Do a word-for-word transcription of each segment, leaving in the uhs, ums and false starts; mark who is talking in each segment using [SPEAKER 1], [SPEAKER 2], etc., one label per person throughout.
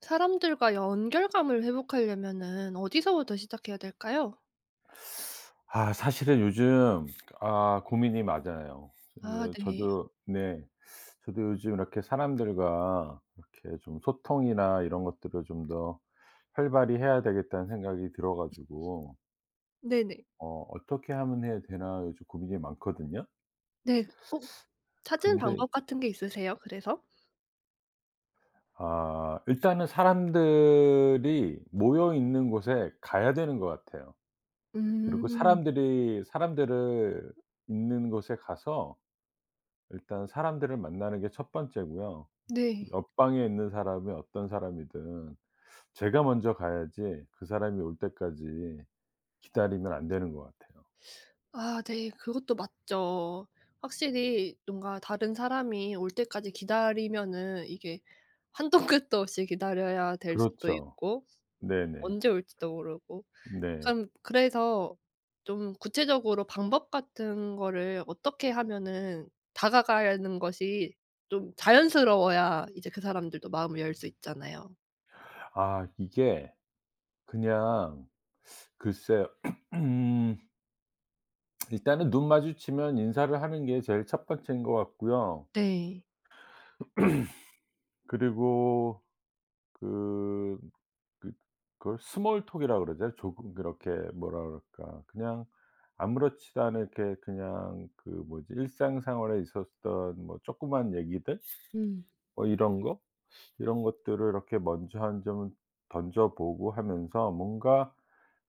[SPEAKER 1] 사람들과 연결감을 회복하려면은 어디서부터 시작해야 될까요?
[SPEAKER 2] 아 사실은 요즘 아 고민이 많아요.
[SPEAKER 1] 아,
[SPEAKER 2] 요-
[SPEAKER 1] 네.
[SPEAKER 2] 저도 네. 저도 요즘 이렇게 사람들과 이렇게 좀 소통이나 이런 것들을 좀 더 활발히 해야 되겠다는 생각이 들어 가지고
[SPEAKER 1] 네네.
[SPEAKER 2] 어 '어떻게 하면 해야 되나.' 요즘 고민이 많거든요.
[SPEAKER 1] 네. 어 찾은
[SPEAKER 2] 근데
[SPEAKER 1] 방법 같은 게 있으세요, 그래서?
[SPEAKER 2] 아 일단은 사람들이 모여 있는 곳에 가야 되는 것 같아요. 그리고
[SPEAKER 1] 음.
[SPEAKER 2] 사람들이 사람들을 있는 곳에 가서 일단 사람들을 만나는 게 첫 번째고요.
[SPEAKER 1] 네.
[SPEAKER 2] 옆방에 있는 사람이 어떤 사람이든 제가 먼저 가야지 그 사람이 올 때까지 기다리면 안 되는 것 같아요.
[SPEAKER 1] 아, 네. 그것도 맞죠. 확실히 뭔가 다른 사람이 올 때까지 기다리면은 이게 한도 끝도 없이 기다려야 될 수도
[SPEAKER 2] 그렇죠.
[SPEAKER 1] 있고,
[SPEAKER 2] 네네.
[SPEAKER 1] 언제 올지도 모르고.
[SPEAKER 2] 네.
[SPEAKER 1] 그럼 그래서 좀 구체적으로 방법 같은 거를 어떻게 하면은 다가가는 것이 좀 자연스러워야 이제 그 사람들도 마음을 열 수 있잖아요.
[SPEAKER 2] 아 이게 그냥 글쎄요. 일단은 눈 마주치면 인사를 하는 게 제일 첫 번째인 것 같고요.
[SPEAKER 1] 네.
[SPEAKER 2] 그리고 그 그 그걸 스몰 톡이라 그러죠. 조금 그렇게 뭐라 그럴까. 그냥 아무렇지도 않게 그냥 그 뭐지 일상생활에 있었던 뭐 조그만 얘기들
[SPEAKER 1] 음.
[SPEAKER 2] 뭐 이런 거 이런 것들을 이렇게 먼저 한 점 던져 보고 하면서 뭔가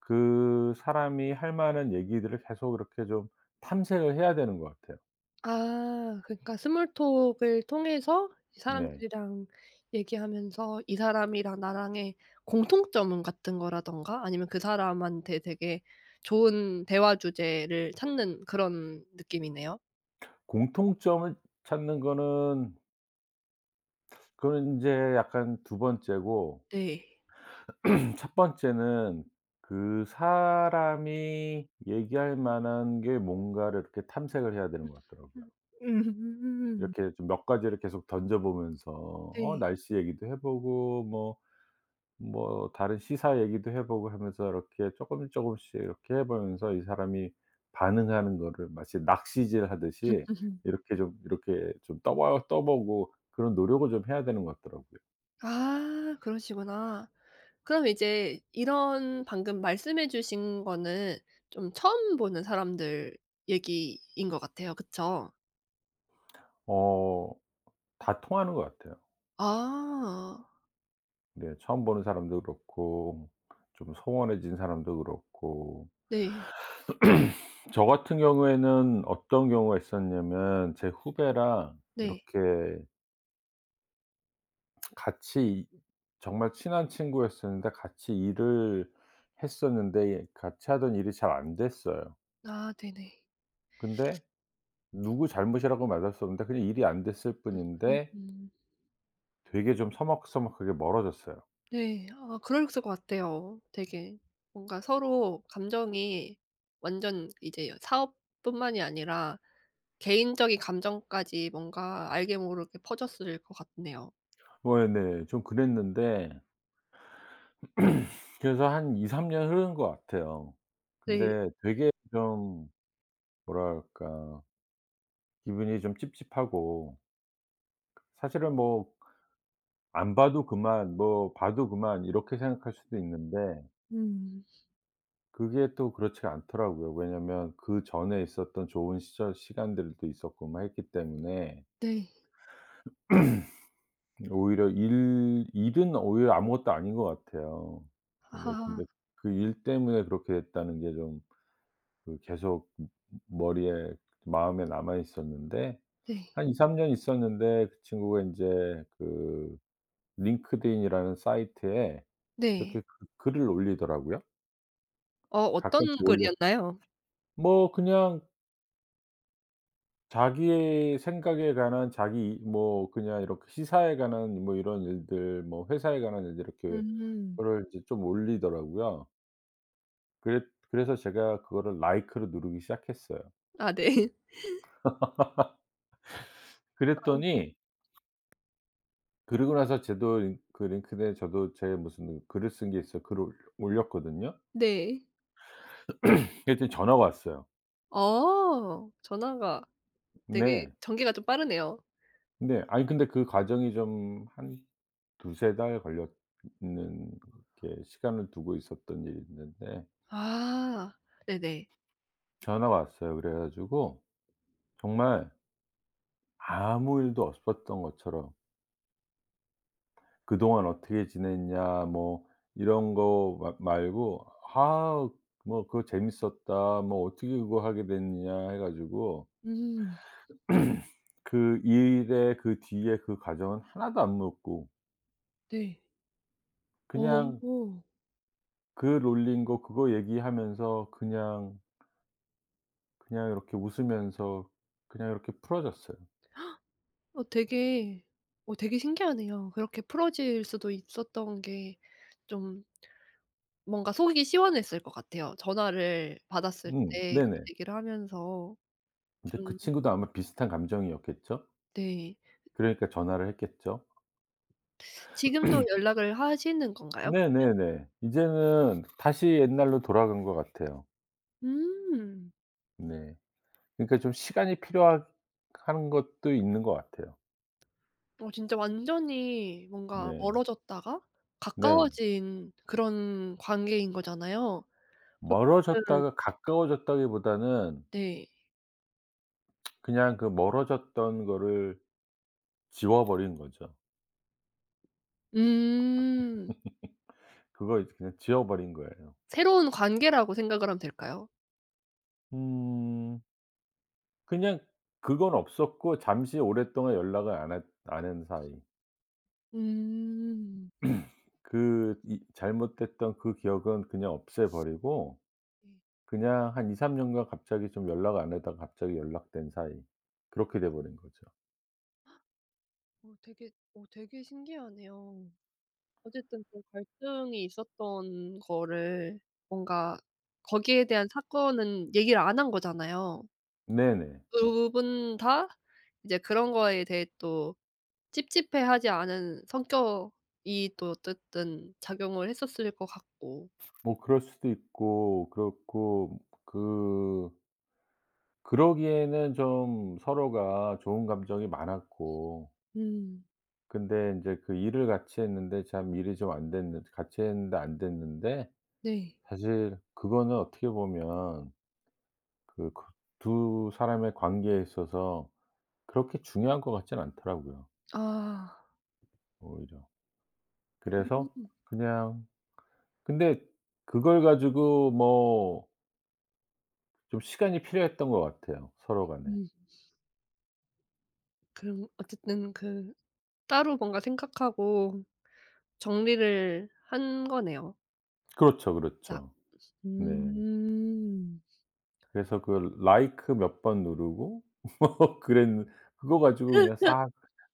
[SPEAKER 2] 그 사람이 할 만한 얘기들을 계속 이렇게 좀 탐색을 해야 되는 것 같아요.
[SPEAKER 1] 아, 그러니까 스몰 톡을 통해서 이
[SPEAKER 2] 네.
[SPEAKER 1] 사람들이랑 얘기하면서 이 사람이랑 나랑의 공통점 같은 거라든가 아니면 그 사람한테 되게 좋은 대화 주제를 찾는 그런 느낌이네요.
[SPEAKER 2] 공통점을 찾는 거는 그건이 인제 약간 두 번째고
[SPEAKER 1] 네.
[SPEAKER 2] 첫 번째는 그 사람이 얘기할 만한 게 뭔가를 이렇게 탐색을 해야 되는 것 같더라고요.
[SPEAKER 1] 음. 음.
[SPEAKER 2] 이렇게 좀 몇 가지를 계속 던져 보면서 어
[SPEAKER 1] 네.
[SPEAKER 2] 날씨 얘기도 해 보고 뭐 뭐 다른 시사 얘기도 해 보고 하면서 이렇게 조금 조금씩 조금씩 이렇게 해 보면서 이 사람이 반응하는 거를 마치 낚시질 하듯이
[SPEAKER 1] 으흠.
[SPEAKER 2] 이렇게 좀 이렇게 좀 떠봐 떠 보고 그런 노력을 좀 해야 되는 것 같더라고요.
[SPEAKER 1] 아, 그러시구나. 그럼 이제 이런 방금 말씀해 주신 거는 좀 처음 보는 사람들 얘기인 것 같아요. 그쵸?
[SPEAKER 2] 어 다 통하는 것 같아요.
[SPEAKER 1] 아,
[SPEAKER 2] 네. 처음 보는 사람도 그렇고 좀 소원해진 사람도 그렇고.
[SPEAKER 1] 네.
[SPEAKER 2] 저 같은 경우에는 어떤 경우가 있었냐면 제 후배랑
[SPEAKER 1] 네.
[SPEAKER 2] 이렇게 같이 정말 친한 친구였었는데 같이 일을 했었는데 같이 하던 일이 잘 안 됐어요.
[SPEAKER 1] 아, 네네.
[SPEAKER 2] 근데 누구 잘못이라고 말할 수 없는데 그냥 일이 안 됐을 뿐인데
[SPEAKER 1] 음음.
[SPEAKER 2] 되게 좀 서먹서먹하게 멀어졌어요.
[SPEAKER 1] 네. 아, 그랬을 것 같아요. 되게 뭔가 서로 감정이 완전 이제 사업뿐만이 아니라 개인적인 감정까지 뭔가 알게 모르게 퍼졌을 것 같네요.
[SPEAKER 2] 뭐 예 네. 좀 그랬는데 그래서 한 이삼 년 흐른 것 같아요.
[SPEAKER 1] 네.
[SPEAKER 2] 근데 되게 좀 뭐랄까 기분이 좀 찝찝하고 사실은 뭐 '안 봐도 그만. 뭐 봐도 그만.' 이렇게 생각할 수도 있는데
[SPEAKER 1] 음.
[SPEAKER 2] 그게 또 그렇지가 않더라고요. 왜냐면 그전에 있었던 좋은 시절 시간들도 있었고 막 했기 때문에
[SPEAKER 1] 네.
[SPEAKER 2] 오히려 일 일은 오히려 아무것도 아닌 것 같아요. 근데
[SPEAKER 1] 아,
[SPEAKER 2] 근데 그 일 때문에 그렇게 됐다는 게좀 그 계속 머리에 마음에 남아 있었는데
[SPEAKER 1] 네.
[SPEAKER 2] 한 이삼 년 있었는데 그 친구가 인제 그 링크드인이라는 사이트에 이렇게
[SPEAKER 1] 네.
[SPEAKER 2] 그 글을 올리더라고요.
[SPEAKER 1] 어 어떤
[SPEAKER 2] 가끔씩 올려서
[SPEAKER 1] 글이었나요?
[SPEAKER 2] 뭐 그냥 자기의 생각에 관한 자기 이 뭐 그냥 이렇게 시사에 관한 뭐 이런 일들 뭐 회사에 관한 일들 이렇게
[SPEAKER 1] 음.
[SPEAKER 2] 그거를 이제 좀 올리더라고요. 그랬 그래서 제가 그거를 라이크를 누르기 시작했어요.
[SPEAKER 1] 아, 네. 아우.
[SPEAKER 2] 그랬더니 그러고 나서 저도 링 그 링크드에 저도 제 무슨 글을 쓴 게 있어 글을 올려 올렸거든요.
[SPEAKER 1] 네.
[SPEAKER 2] 그랬더니 전화가 왔어요.
[SPEAKER 1] 어 전화가? 되게
[SPEAKER 2] 네.
[SPEAKER 1] 전개가 좀 빠르네요.
[SPEAKER 2] 네. 아니 근데 그 과정이 좀 한 두세 달 걸렸 는 이렇게 시간을 두고 있었던 일이 있는데
[SPEAKER 1] 아, 네네.
[SPEAKER 2] 전화가 왔어요. 그래 가지고 정말 아무 일도 없었던 것처럼 "그동안 어떻게 지냈냐." 뭐 이런 거 마 말고 "아 뭐 그거 재밌었다." 뭐 "어떻게 그거 하게 됐냐." 해 가지고
[SPEAKER 1] 음.
[SPEAKER 2] 그 일의 그 뒤에 그 과정은 하나도 안 묻고
[SPEAKER 1] 네.
[SPEAKER 2] 그냥
[SPEAKER 1] 어
[SPEAKER 2] 그 놀린 거 그거 얘기하면서 그냥, 그냥 이렇게 웃으면서 그냥 이렇게 풀어졌어요.
[SPEAKER 1] 어 되게 어 되게 신기하네요. 그렇게 풀어질 수도 있었던 게 좀, 뭔가 속이 시원했을 것 같아요. 전화를 받았을
[SPEAKER 2] 음
[SPEAKER 1] 때 그
[SPEAKER 2] 네네.
[SPEAKER 1] 얘기를 하면서.
[SPEAKER 2] 근데 그
[SPEAKER 1] 좀.
[SPEAKER 2] 친구도 아마 비슷한 감정이었겠죠?
[SPEAKER 1] 네.
[SPEAKER 2] 그러니까 전화를 했겠죠?
[SPEAKER 1] 지금도 연락을 하시는 건가요?
[SPEAKER 2] 네네네. 이제는 다시 옛날로 돌아간 것 같아요.
[SPEAKER 1] 음.
[SPEAKER 2] 네. 그러니까 좀 시간이 필요하 한 것도 있는 것 같아요.
[SPEAKER 1] 어 진짜 완전히 뭔가
[SPEAKER 2] 네.
[SPEAKER 1] 멀어졌다가
[SPEAKER 2] 네.
[SPEAKER 1] 가까워진 그런 관계인 거잖아요. 보통은.
[SPEAKER 2] 멀어졌다가 가까워졌다기보다는
[SPEAKER 1] 네.
[SPEAKER 2] 그냥 그 멀어졌던 거를 지워버린 거죠.
[SPEAKER 1] 음.
[SPEAKER 2] 그걸 이제 그냥 지워버린 거예요.
[SPEAKER 1] 새로운 관계라고 생각을 하면 될까요?
[SPEAKER 2] 음 그냥 그건 없었고 잠시 오랫동안 연락을 안 했 안 한 사이.
[SPEAKER 1] 음.
[SPEAKER 2] 그 이 잘못됐던 그 기억은 그냥 없애버리고
[SPEAKER 1] 네.
[SPEAKER 2] 그냥 한 이삼 년간 갑자기 좀 연락 안 하다가 갑자기 연락된 사이. 그렇게 돼
[SPEAKER 1] 아.
[SPEAKER 2] 버린 거죠.
[SPEAKER 1] 어 되게 어 되게 신기하네요. 어쨌든 그 갈등이 있었던 거를, 뭔가 거기에 대한 사건은 얘기를 안 한 거잖아요.
[SPEAKER 2] 네네.
[SPEAKER 1] 두 분 다 이제 그런 거에 대해 또 찝찝해하지 않은 성격이 또 어쨌든 작용을 했었을 것 같고.
[SPEAKER 2] 뭐 그럴 수도 있고 그렇고 그 그러기에는 좀 서로가 좋은 감정이 많았고
[SPEAKER 1] 음.
[SPEAKER 2] 근데 인제 그 일을 같이 했는데 참 일이 좀 안 됐는 같이 했는데 안 됐는데
[SPEAKER 1] 네.
[SPEAKER 2] 사실 그거는 어떻게 보면 그 그 두 사람의 관계에 있어서 그렇게 중요한 것 같진 않더라고요
[SPEAKER 1] 아.
[SPEAKER 2] 오히려. 그래서
[SPEAKER 1] 음.
[SPEAKER 2] 그냥 근데 그걸 가지고 뭐 좀 시간이 필요했던 것 같아요 서로 간에.
[SPEAKER 1] 음. 그럼 어쨌든 그 따로 뭔가 생각하고 정리를 한 거네요.
[SPEAKER 2] 그렇죠,
[SPEAKER 1] 자.
[SPEAKER 2] 그렇죠. 네.
[SPEAKER 1] 음.
[SPEAKER 2] 그래서 그 like 몇 번 누르고 뭐 그랬는 그거 가지고 그냥 싹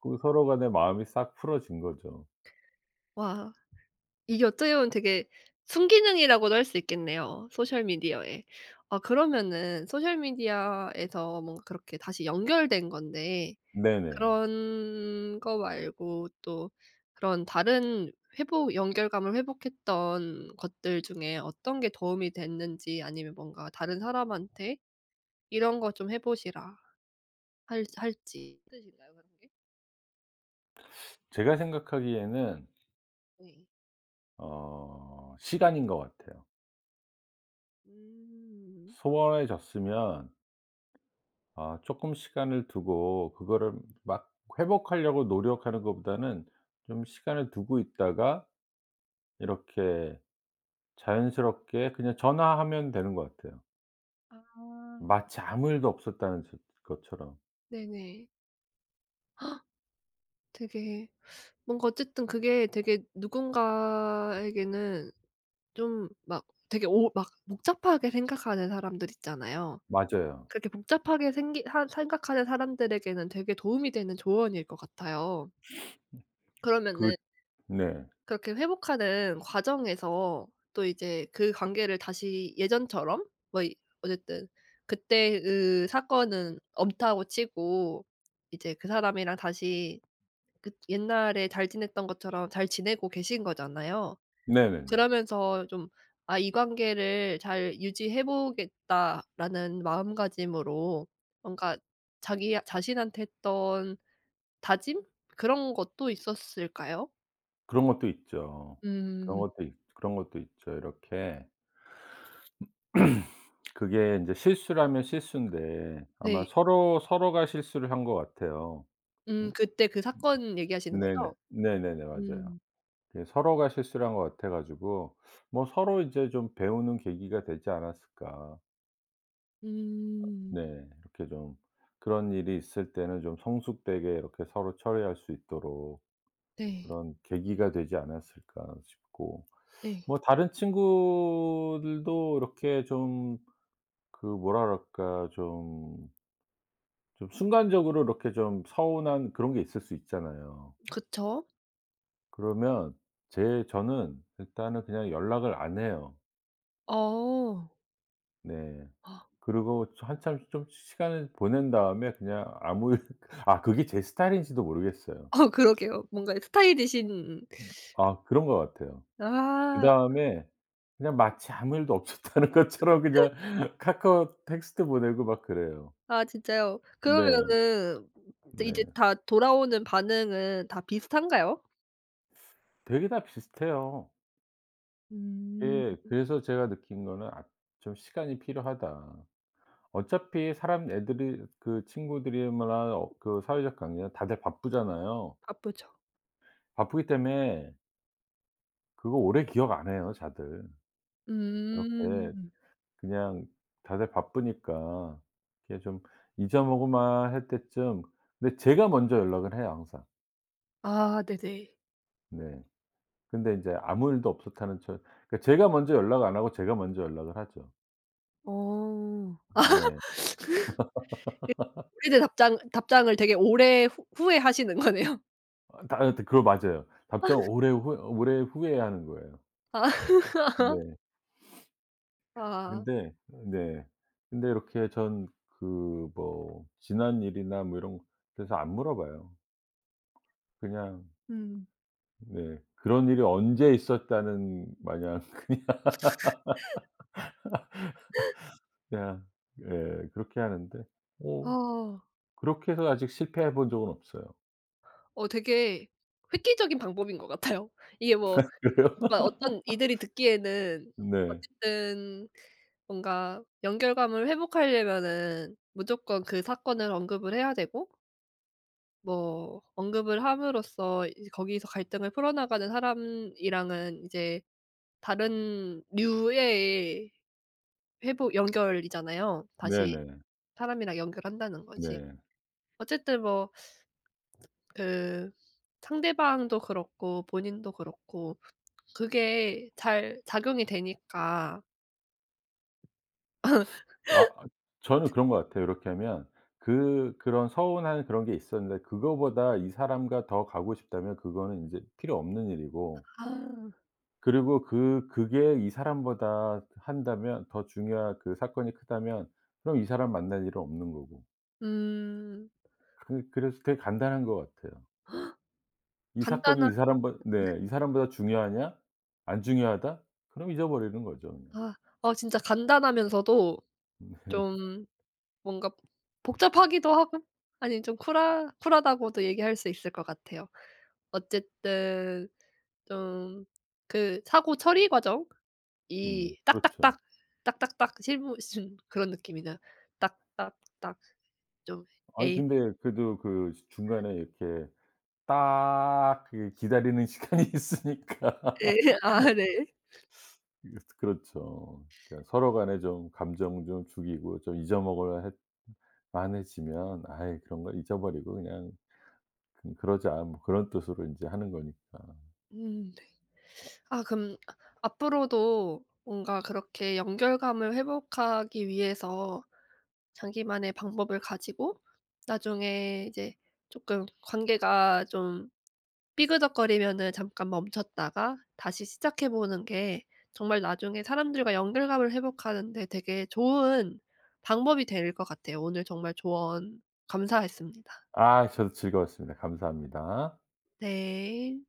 [SPEAKER 2] 그 서로 간에 마음이 싹 풀어진 거죠.
[SPEAKER 1] 와, 이게 어떻게 보면 되게 순기능이라고도 할 수 있겠네요, 소셜 미디어의. 아, 그러면은 소셜 미디어에서 뭔가 그렇게 다시 연결된 건데,
[SPEAKER 2] 네네.
[SPEAKER 1] 그런 거 말고 또 그런 다른 회복, 연결감을 회복했던 것들 중에 어떤 게 도움이 됐는지, 아니면 뭔가 다른 사람한테 "이런 거 좀 해 보시라." 할 할지 있으신가요, 그런 게?
[SPEAKER 2] 제가 생각하기에는
[SPEAKER 1] 네.
[SPEAKER 2] 어 시간인 것 같아요.
[SPEAKER 1] 음.
[SPEAKER 2] 소원해졌으면 아 쪼끔 시간을 두고 그거를 막 회복하려고 노력하는 것보다는 좀 시간을 두고 있다가 이렇게 자연스럽게 그냥 전화하면 되는 것 같아요.
[SPEAKER 1] 아.
[SPEAKER 2] 마치 아무 일도 없었다는 저 것처럼.
[SPEAKER 1] 네네. 되게 뭔가 어쨌든 그게 되게 누군가에게는 좀 막 되게 오 막 복잡하게 생각하는 사람들 있잖아요.
[SPEAKER 2] 맞아요.
[SPEAKER 1] 그렇게 복잡하게 생기 하 생각하는 사람들에게는 되게 도움이 되는 조언일 것 같아요.
[SPEAKER 2] 그
[SPEAKER 1] 그러면은
[SPEAKER 2] 네.
[SPEAKER 1] 그렇게 회복하는 과정에서 또 이제 그 관계를 다시 예전처럼 뭐 이, 어쨌든 그때의 사건은 엄타고 치고 이제 그 사람이랑 다시 그 옛날에 잘 지냈던 것처럼 잘 지내고 계신 거잖아요.
[SPEAKER 2] 네네네.
[SPEAKER 1] 그러면서 좀 '아, 이 관계를 잘 유지해 보겠다.'라는 마음가짐으로 뭔가 자기 자신한테 했던 다짐? 그런 것도 있었을까요?
[SPEAKER 2] 그런 것도 있죠. 그런
[SPEAKER 1] 음.
[SPEAKER 2] 것도 있 그런 것도 있죠. 이렇게 그게 인제 실수라면 실수인데 아마
[SPEAKER 1] 네.
[SPEAKER 2] 서로 서로가 실수를 한 것 같아요.
[SPEAKER 1] 음
[SPEAKER 2] 음
[SPEAKER 1] 그때 그 사건 얘기하시는
[SPEAKER 2] 네네.
[SPEAKER 1] 거죠?
[SPEAKER 2] 네네네. 맞아요.
[SPEAKER 1] 음.
[SPEAKER 2] 예 서로가 실수를 한 것 같아 가지고 뭐 서로 이제 좀 배우는 계기가 되지 않았을까.
[SPEAKER 1] 음.
[SPEAKER 2] 네. 이렇게 좀 그런 일이 있을 때는 좀 성숙되게 이렇게 서로 처리할 수 있도록
[SPEAKER 1] 네.
[SPEAKER 2] 그런 계기가 되지 않았을까 싶고
[SPEAKER 1] 네.
[SPEAKER 2] 뭐 다른 친구들도 이렇게 좀 그 뭐라 그럴까 좀 좀 순간적으로 이렇게 좀 서운한 그런 게 있을 수 있잖아요.
[SPEAKER 1] 그쵸.
[SPEAKER 2] 그러면 제 저는 일단은 그냥 연락을 안 해요.
[SPEAKER 1] 어.
[SPEAKER 2] 네. 그리고 한참 좀 시간을 보낸 다음에 그냥 아무 일 아 그게 제 스타일인지도 모르겠어요.
[SPEAKER 1] 어, 그러게요. 뭔가 스타일이신.
[SPEAKER 2] 아 그런 것 같아요.
[SPEAKER 1] 아.
[SPEAKER 2] 그다음에 그냥 마치 아무 일도 없었다는 것처럼 그냥 카카오 텍스트 보내고 막 그래요.
[SPEAKER 1] 아, 진짜요?
[SPEAKER 2] 네.
[SPEAKER 1] 그러면은 이제
[SPEAKER 2] 네.
[SPEAKER 1] 다 돌아오는 반응은 다 비슷한가요?
[SPEAKER 2] 되게 다 비슷해요.
[SPEAKER 1] 음
[SPEAKER 2] 예. 그래서 제가 느낀 거는 '아 좀 시간이 필요하다.' 어차피 사람 애들이 그 친구들이나 어 그 사회적 관계나 다들 바쁘잖아요.
[SPEAKER 1] 바쁘죠.
[SPEAKER 2] 바쁘기 때문에 그거 오래 기억 안 해요 다들. 이렇게
[SPEAKER 1] 음.
[SPEAKER 2] 그냥 다들 바쁘니까 이렇게 좀 잊어먹을만 할 때쯤 근데 제가 먼저 연락을 해요 항상.
[SPEAKER 1] 아, 네네.
[SPEAKER 2] 네. 근데 인제 아무 일도 없었다는 척 그러니까 제가 먼저 연락 안 하고 제가 먼저 연락을 하죠.
[SPEAKER 1] 어.
[SPEAKER 2] 네.
[SPEAKER 1] 그 오래된 답장 답장을 되게 오래 후 후회하시는 거네요.
[SPEAKER 2] 아 다 그거 맞아요. 답장 오래 후 오래 후에 하는 거예요.
[SPEAKER 1] 아.
[SPEAKER 2] 네.
[SPEAKER 1] 아.
[SPEAKER 2] 근데 네. 근데 이렇게 전 그 뭐 지난 일이나 뭐 이런 데서 안 물어봐요. 그냥
[SPEAKER 1] 음.
[SPEAKER 2] 네. 그런 일이 언제 있었다는 마냥 그냥 예 그렇게 하는데 어
[SPEAKER 1] 아.
[SPEAKER 2] 그렇게 해서 아직 실패해 본 적은 없어요.
[SPEAKER 1] 어 되게 획기적인 방법인 것 같아요. 이게 뭐,
[SPEAKER 2] 그래요?
[SPEAKER 1] 뭔가 어떤 이들이 듣기에는
[SPEAKER 2] 네.
[SPEAKER 1] 어쨌든 뭔가 연결감을 회복하려면은 무조건 그 사건을 언급을 해야 되고, 뭐 언급을 함으로써 이제 거기서 갈등을 풀어나가는 사람이랑은 이제 다른 류의 회복, 연결이잖아요. 다시
[SPEAKER 2] 네네.
[SPEAKER 1] 사람이랑 연결한다는 거지.
[SPEAKER 2] 네.
[SPEAKER 1] 어쨌든 뭐 그 상대방도 그렇고 본인도 그렇고 그게 잘 작용이 되니까.
[SPEAKER 2] 아 저는 그런 것 같아요. 이렇게 하면 그 그런 서운한 그런 게 있었는데 그거보다 이 사람과 더 가고 싶다면 그거는 인제 필요 없는 일이고
[SPEAKER 1] 아.
[SPEAKER 2] 그리고 그 그게 이 사람보다 한다면 더 중요한 그 사건이 크다면 그럼 이 사람 만날 일은 없는 거고.
[SPEAKER 1] 음.
[SPEAKER 2] 그 그래서 되게 간단한 것 같아요. 이 사건이
[SPEAKER 1] 간단한.
[SPEAKER 2] 이 사람보 네 '이 사람보다 중요하냐? 안 중요하다?' 그럼 잊어버리는 거죠 그냥.
[SPEAKER 1] 아, 어 진짜 간단하면서도 좀, 뭔가 복잡하기도 하고. 아니, 좀 쿨하 쿨하다고도 얘기할 수 있을 것 같아요. 어쨌든 좀 그 사고 처리 과정이
[SPEAKER 2] 음 그렇죠.
[SPEAKER 1] 딱딱딱, 딱딱딱 실무 슨 그런 느낌이나, 딱딱딱. 좀.
[SPEAKER 2] 아니
[SPEAKER 1] 에이.
[SPEAKER 2] 근데 그래도 그 시 중간에 이렇게 딱 그 기다리는 시간이 있으니까.
[SPEAKER 1] 예. 아, 네.
[SPEAKER 2] 그렇 그렇죠. 그러니까 서로 간에 좀 감정 좀 죽이고 좀 잊어먹어야 많아지면 아예 그런 걸 잊어버리고 그냥 '그 그러자.' 뭐 그런 뜻으로 이제 하는 거니까.
[SPEAKER 1] 음. 아, 그럼 앞으로도 뭔가 그렇게 연결감을 회복하기 위해서 자기만의 방법을 가지고 나중에 이제 조금 관계가 좀 삐그덕거리면은 잠깐 멈췄다가 다시 시작해 보는 게 정말 나중에 사람들과 연결감을 회복하는 데 되게 좋은 방법이 될 것 같아요. 오늘 정말 조언 감사했습니다.
[SPEAKER 2] 아 저도 즐거웠습니다. 감사합니다.
[SPEAKER 1] 네.